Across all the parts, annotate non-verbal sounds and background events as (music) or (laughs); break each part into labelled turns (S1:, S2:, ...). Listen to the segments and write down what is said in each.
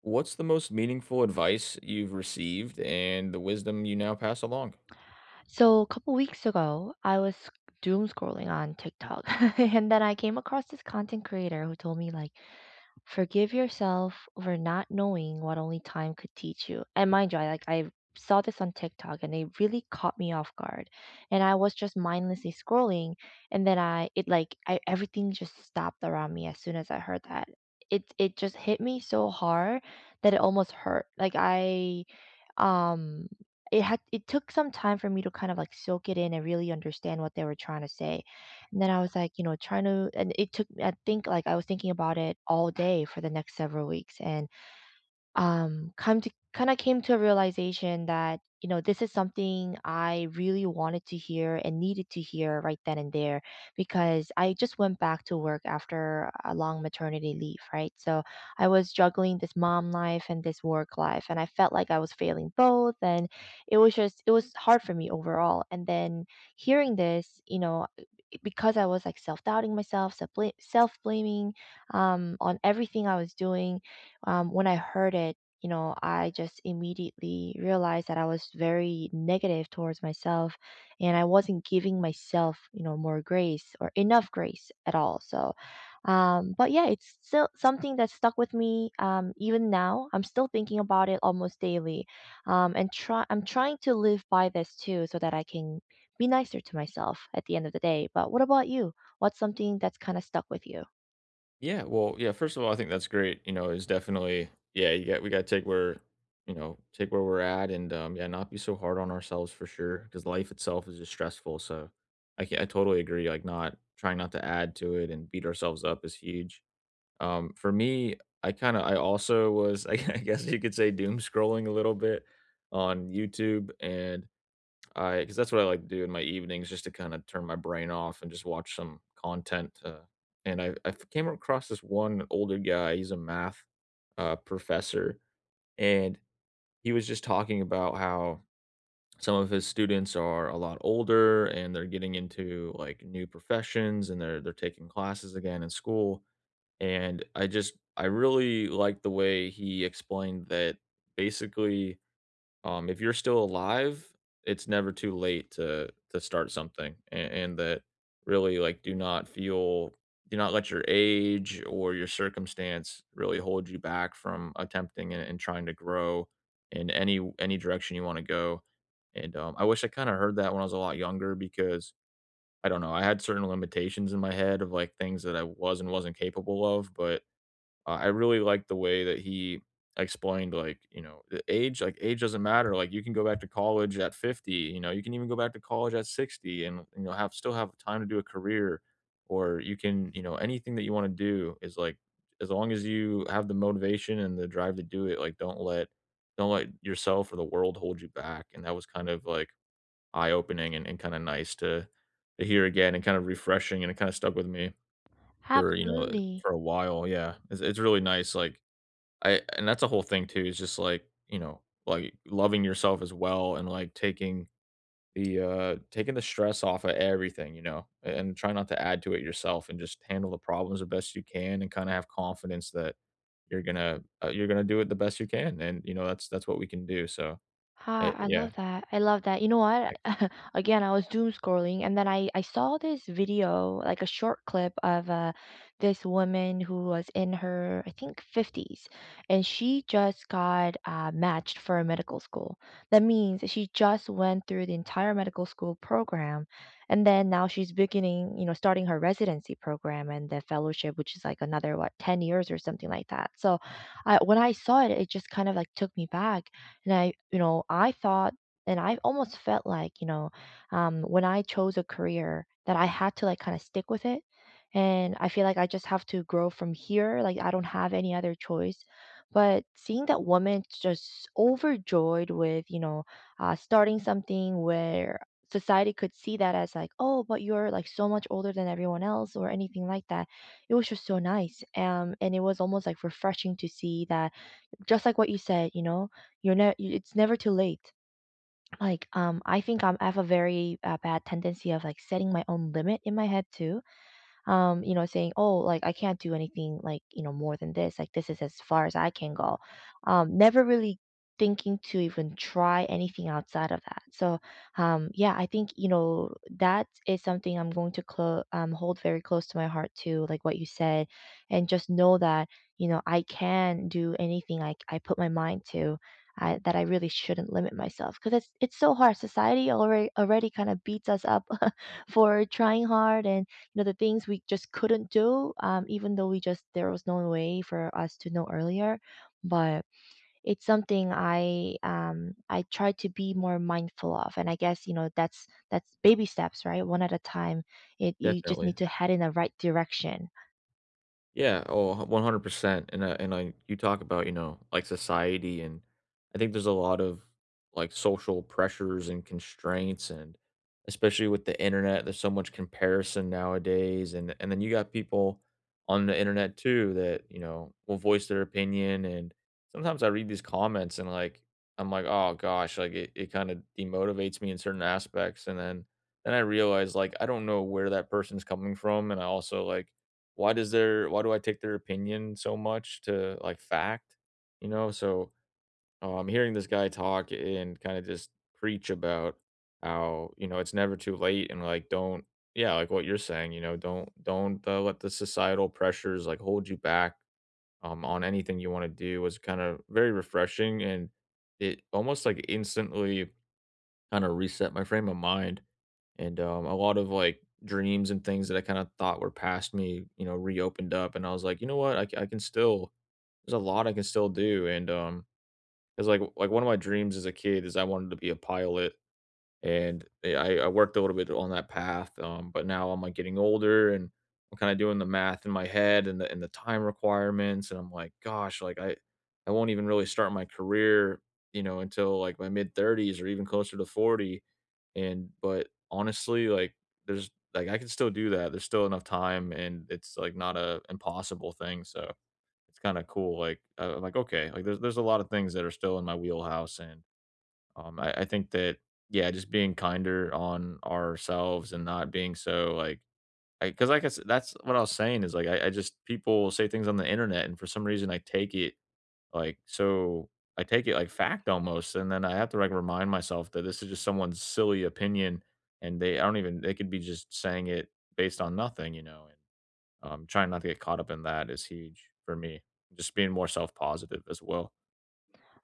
S1: What's the most meaningful advice you've received and the wisdom you now pass along?
S2: So a couple weeks ago, I was doom scrolling on TikTok, (laughs) and then I came across this content creator who told me forgive yourself for not knowing what only time could teach you. And mind you, I saw this on TikTok and it really caught me off guard. And I was just mindlessly scrolling, and then I it like I everything just stopped around me as soon as I heard that. It just hit me so hard that it almost hurt. Like I um it took some time for me to kind of like soak it in and really understand what they were trying to say, and then I was like trying to, and it took, I think, like I was thinking about it all day for the next several weeks. And come to kind of came to a realization that, you know, this is something I really wanted to hear and needed to hear right then and there, because I just went back to work after a long maternity leave, right? So I was juggling this mom life and this work life, and I felt like I was failing both, and it was hard for me overall. And then hearing this, you know, because I was like self doubting myself, self blaming on everything I was doing. When I heard it, you know, I just immediately realized that I was very negative towards myself, and I wasn't giving myself, you know, more grace or enough grace at all. But yeah, it's still something that stuck with me even now. I'm still thinking about it almost daily, and try. I'm trying to live by this too, so that I can be nicer to myself at the end of the day. But what about you? What's something that's kind of stuck with you?
S1: Yeah, well, yeah, first of all, I think that's great. You know, is definitely yeah, you got we got to take where, you know, take where we're at and yeah, not be so hard on ourselves for sure because life itself is just stressful. So I totally agree like not trying not to add to it and beat ourselves up is huge. For me, I kind of I also was (laughs) I guess you could say doom scrolling a little bit on YouTube and because that's what I like to do in my evenings just to kinda turn my brain off and just watch some content, and I came across this one older guy. He's a math, professor, and he was just talking about how some of his students are a lot older and they're getting into, like, new professions and they're taking classes again in school, and I really liked the way he explained that basically, if you're still alive, it's never too late to start something, and that really like do not feel, do not let your age or your circumstance really hold you back from attempting and trying to grow in any direction you want to go. And I wish I kind of heard that when I was a lot younger, because I don't know, I had certain limitations in my head of like things that I was and wasn't capable of. But I really like the way that he explained, like, you know, the age, like, age doesn't matter. Like, you can go back to college at 50, you know, you can even go back to college at 60 and, you know, have still have time to do a career, or you can, you know, anything that you want to do is like, as long as you have the motivation and the drive to do it, like, don't let yourself or the world hold you back. And that was kind of like eye opening, and kind of nice to hear again and kind of refreshing, and it kind of stuck with me for, you know,
S2: Absolutely.
S1: for a while. Yeah. It's really nice. Like, I and that's a whole thing too. Is just like, you know, like loving yourself as well and like taking the stress off of everything, you know, and try not to add to it yourself and just handle the problems the best you can and kind of have confidence that you're gonna do it the best you can. And you know, that's what we can do. So
S2: Hi,
S1: I,
S2: I
S1: yeah,
S2: love that. I love that. You know
S1: I,
S2: what? (laughs) Again, I was doom scrolling, and then I saw this video, like a short clip of this woman who was in her, I think, 50s, and she just got matched for a medical school. That means that she just went through the entire medical school program, and then now she's beginning, you know, starting her residency program and the fellowship, which is like another what, 10 years or something like that. So, I when I saw it, it just kind of like took me back, and I, you know, I thought, and I almost felt like, you know, when I chose a career that I had to like kind of stick with it. And I feel like I just have to grow from here. Like I don't have any other choice. But seeing that woman just overjoyed with, you know, starting something where society could see that as like, oh, but you're like so much older than everyone else or anything like that. It was just so nice. And it was almost like refreshing to see that, just like what you said, you know, you're never it's never too late. I have a very bad tendency of like setting my own limit in my head too, you know, saying, "Oh, like I can't do anything like, you know, more than this. Like this is as far as I can go." Never really thinking to even try anything outside of that. Yeah, I think, you know, that is something I'm going to hold very close to my heart too, like what you said, and just know that, you know, I can do anything I put my mind to. That I really shouldn't limit myself because it's so hard. Society already kind of beats us up (laughs) for trying hard, and you know, the things we just couldn't do, even though we just there was no way for us to know earlier. But it's something I I try to be more mindful of, and I guess, you know, that's baby steps, right? One at a time. It You just
S1: definitely.
S2: need to head in the right direction.
S1: Yeah, oh, 100%. And I you talk about, you know, like society, and I think there's a lot of like social pressures and constraints, and especially with the internet, there's so much comparison nowadays, and then you got people on the internet too that, you know, will voice their opinion. And sometimes I read these comments and like I'm like, "Oh gosh, like it kind of demotivates me in certain aspects." And then I realize like I don't know where that person's coming from, and I also like why do I take their opinion so much to like fact? You know, so hearing this guy talk and kind of just preach about how, you know, it's never too late and like don't, yeah, like what you're saying, you know, don't let the societal pressures like hold you back on anything you want to do was kind of very refreshing. And it almost like instantly kinda reset my frame of mind, and, a lot of, like, dreams and things that I kinda thought were past me, you know, reopened up, and I was like, "You know what? I can still, there's a lot I can still do," and, it's like, one of my dreams as a kid is I wanted to be a pilot, and, I worked a little bit on that path, but now I'm, like, getting older, and I'm kinda doing the math in my head and the time requirements, and I'm like, "Gosh," like, I won't even really start my career, you know, until, like, my mid-30s or even closer to 40." And but, honestly, like, I can still do that, there's still enough time, and it's, like, not a impossible thing, so it's kinda cool, like, I'm like, "Okay," like, there's a lot of things that are still in my wheelhouse, and I think that yeah, just being kinder on ourselves and not being so like, because like I said, that's what I was saying is like I just, people say things on the internet, and for some reason I take it like so I take it like fact almost, and then I have to like remind myself that this is just someone's silly opinion and they I don't even, they could be just saying it based on nothing, you know, and trying not to get caught up in that is huge for me. Just being more self positive as well.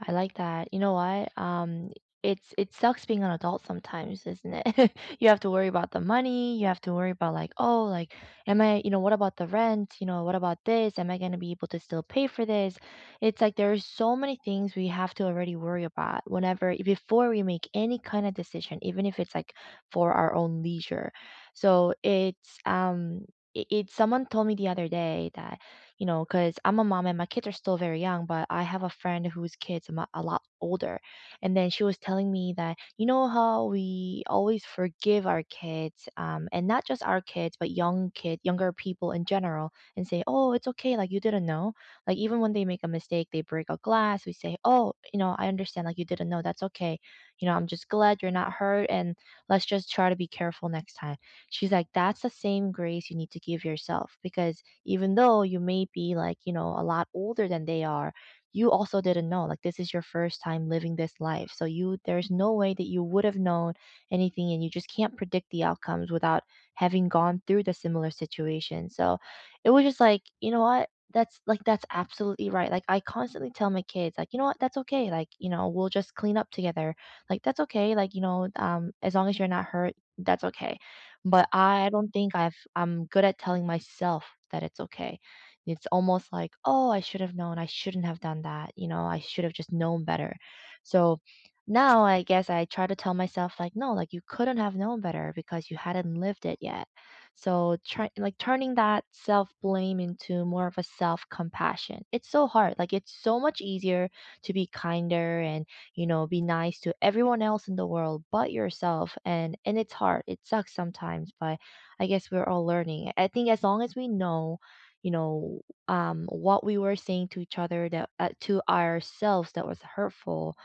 S2: I like that. You know what? It sucks being an adult sometimes, isn't it? (laughs) You have to worry about the money. You have to worry about like, oh, like, am I, you know, what about the rent? You know, what about this? Am I going to be able to still pay for this? It's like there are so many things we have to already worry about whenever before we make any kind of decision, even if it's like for our own leisure. So it's it, it someone told me the other day that, you know, because I'm a mom and my kids are still very young, but I have a friend whose kids are a lot older. And then she was telling me that, you know, how we always forgive our kids, and not just our kids, but young kids, younger people in general, and say, oh, it's okay. Like, you didn't know. Like, even when they make a mistake, they break a glass, we say, oh, you know, I understand. Like, you didn't know. That's okay. You know, I'm just glad you're not hurt. And let's just try to be careful next time. She's like, that's the same grace you need to give yourself, because even though you may be like, you know, a lot older than they are, you also didn't know. Like this is your first time living this life. So you there's no way that you would have known anything, and you just can't predict the outcomes without having gone through the similar situation. So it was just like, you know what? That's absolutely right. Like I constantly tell my kids like, you know what? That's okay. Like, you know, we'll just clean up together. Like that's okay. Like, you know, um, as long as you're not hurt, that's okay. But I don't think I'm good at telling myself that it's okay. It's almost like, "Oh, I should have known. I shouldn't have done that. You know, I should have just known better." So now I guess I try to tell myself like, "No, like you couldn't have known better because you hadn't lived it yet." So try like turning that self-blame into more of a self-compassion. It's so hard. Like it's so much easier to be kinder and, you know, be nice to everyone else in the world but yourself. And it's hard. It sucks sometimes, but I guess we're all learning. I think as long as we know, you know, what we were saying to each other, that to ourselves, that was hurtful.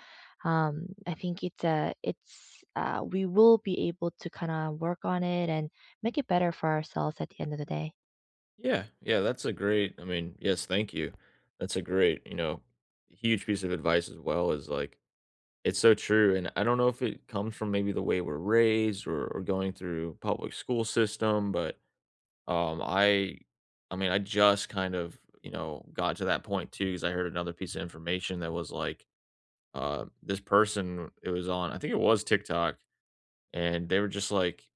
S2: I think it's a it's we will be able to kind of work on it and make it better for ourselves at the end of the day.
S1: Yeah, yeah, that's a great, I mean, yes, thank you. That's a great, you know, huge piece of advice as well is like it's so true, and I don't know if it comes from maybe the way we're raised, or going through public school system. But um I I mean, I just kind of, you know, got to that point too, cuz I heard another piece of information that was like this person, it was on, I think it was TikTok, and they were just like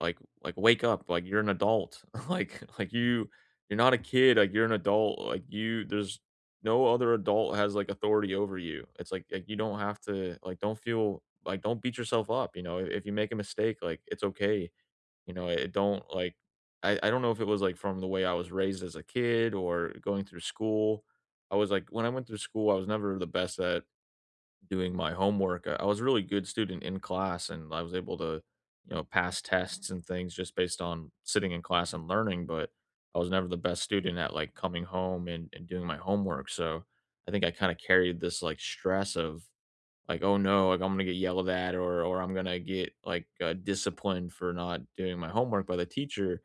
S1: wake up, like, you're an adult. (laughs) You you're not a kid, like, you're an adult, like, you there's no other adult has, like, authority over you. It's like, you don't have to like, don't feel like, don't beat yourself up, you know? If you make a mistake, like, it's okay, you know? It don't like I don't know if it was, like, from the way I was raised as a kid or going through school. I was like when I went through school, I was never the best at doing my homework. I was a really good student in class, and I was able to, you know, pass tests and things just based on sitting in class and learning. But I was never the best student at like coming home and doing my homework. So I think I kind of carried this like stress of like, "Oh, no, like, I'm gonna get yelled at or I'm gonna get, like, disciplined for not doing my homework by the teacher."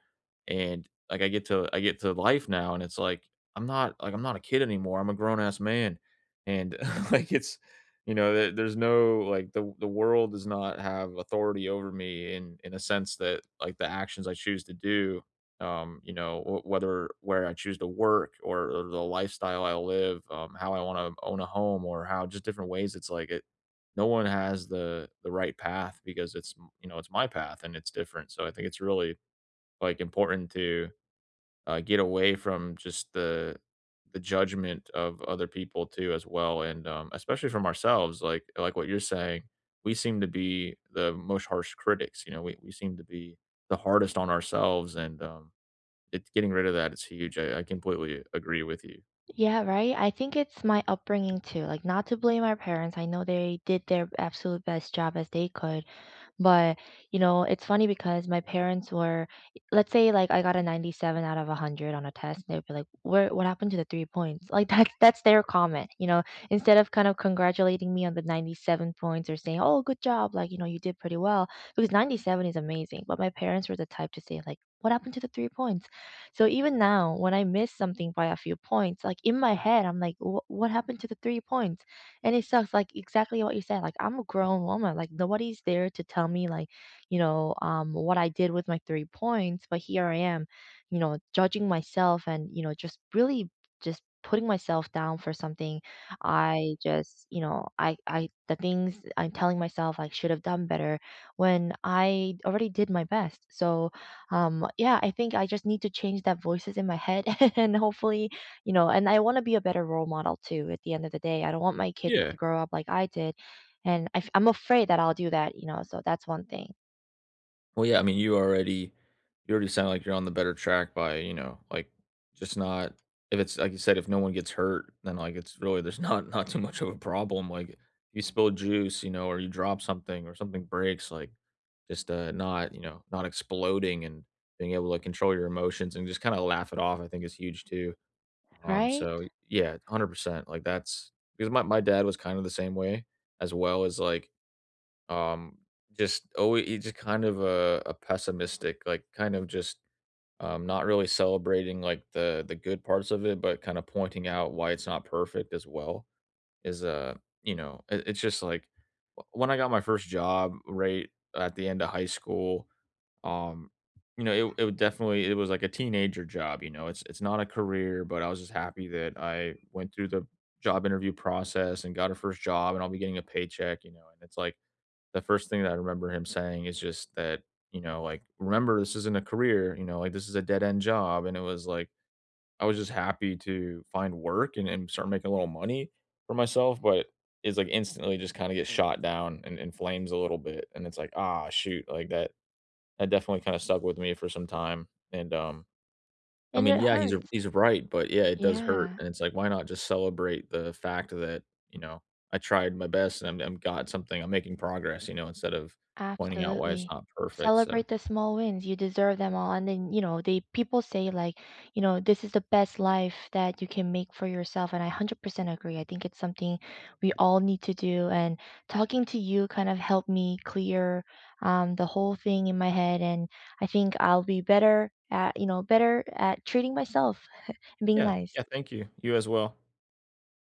S1: And, like, I get to life now, and it's like, I'm not a kid anymore, I'm a grown ass man, and, (laughs) like, it's you know, there there's no like, the world does not have authority over me in a sense that, like, the actions I choose to do, you know, w whether where I choose to work or the lifestyle I live, how I wanna own a home or how just different ways it's like, it no one has the right path because it's m you know, it's my path and it's different. So I think it's really, like, important to, get away from just the judgment of other people too as well, and, especially from ourselves, like what you're saying, we seem to be the most harsh critics. You know, we seem to be the hardest on ourselves and, it's getting rid of that. It's huge. I completely agree with you
S2: Yeah,
S1: on that.
S2: right. I think it's my upbringing too. Like, not to blame our parents. I know they did their absolute best job as they could. But, you know, it's funny because my parents were, let's say, like, I got a 97 out of 100 on a test, they would be like, "Where what happened to the 3 points?" Like, (laughs) that's their comment, you know? Instead of kind of congratulating me on the 97 points or saying, "Oh, good job," like, you know, "You did pretty well," because 97 is amazing, but my parents were the type to say, like, "What happened to the 3 points?" So even now, when I miss something by a few points, like, in my head, I'm like, "What happened to the 3 points?" And it sucks, like, exactly what you said, like, I'm a grown woman, like, nobody's there to tell me, like, you know, what I did with my 3 points, but here I am, you know, judging myself and, you know, just really just putting myself down for something I just you know, I the things I'm telling myself I should have done better when I already did my best. So, yeah, I think I just need to change that voices in my head, (laughs) and hopefully, you know, and I wanna be a better role model too at the end of the day. I don't want my kids
S1: Yeah.
S2: to grow up like I did, and I'm afraid that I'll do that, you know, so that's one thing,
S1: Well, yeah, I mean, you already, you already sound like you're on the better track by, you know, like just not, if it's like you said, if no one gets hurt, then like it's really there's (laughs) not not too much of a problem. Like you spill juice, you know, or you drop something or something breaks, like just not, you know, not exploding and being able to control your emotions and just kind of laugh it off, I think is huge too.
S2: right?
S1: So yeah, 100%. Like that's because my dad was kind of the same way, as well as like um, just always you just kind of a pessimistic, like kind of just not really celebrating like the good parts of it, but kind of pointing out why it's not perfect as well. Is you know, it's just like when I got my first job right at the end of high school. Um, you know, it would definitely, it was like a teenager job. You know, it's not a career, but I was just happy that I went through the job interview process and got a first job, and I'll be getting a paycheck. You know, and it's like the first thing that I remember him saying is just that, you know, like, "Remember, this isn't a career, you know, like, this is a dead-end job." And it was like, I was just happy to find work and start making a little money for myself, but it's, like, instantly just kinda get shot down and in flames a little bit, and it's like, "Ah, shoot," like, that definitely kinda stuck with me for some time, and, I
S2: And
S1: mean,
S2: it
S1: yeah,
S2: hurts.
S1: he's right, but yeah, it does hurt.
S2: Yeah.
S1: And it's like, why not just celebrate the fact that, you know, I tried my best and I'm got something, I'm making progress, you know, instead of pointing out why it's
S2: Absolutely.
S1: not perfect. So
S2: Celebrate the small wins. You deserve them all. And then, you know, they people say like, you know, this is the best life that you can make for yourself. And I 100% agree. I think it's something we all need to do. And talking to you kind of helped me clear the whole thing in my head. And I think I'll be better at, you know, better at treating myself and being
S1: yeah,
S2: nice.
S1: yeah, thank you. You as well.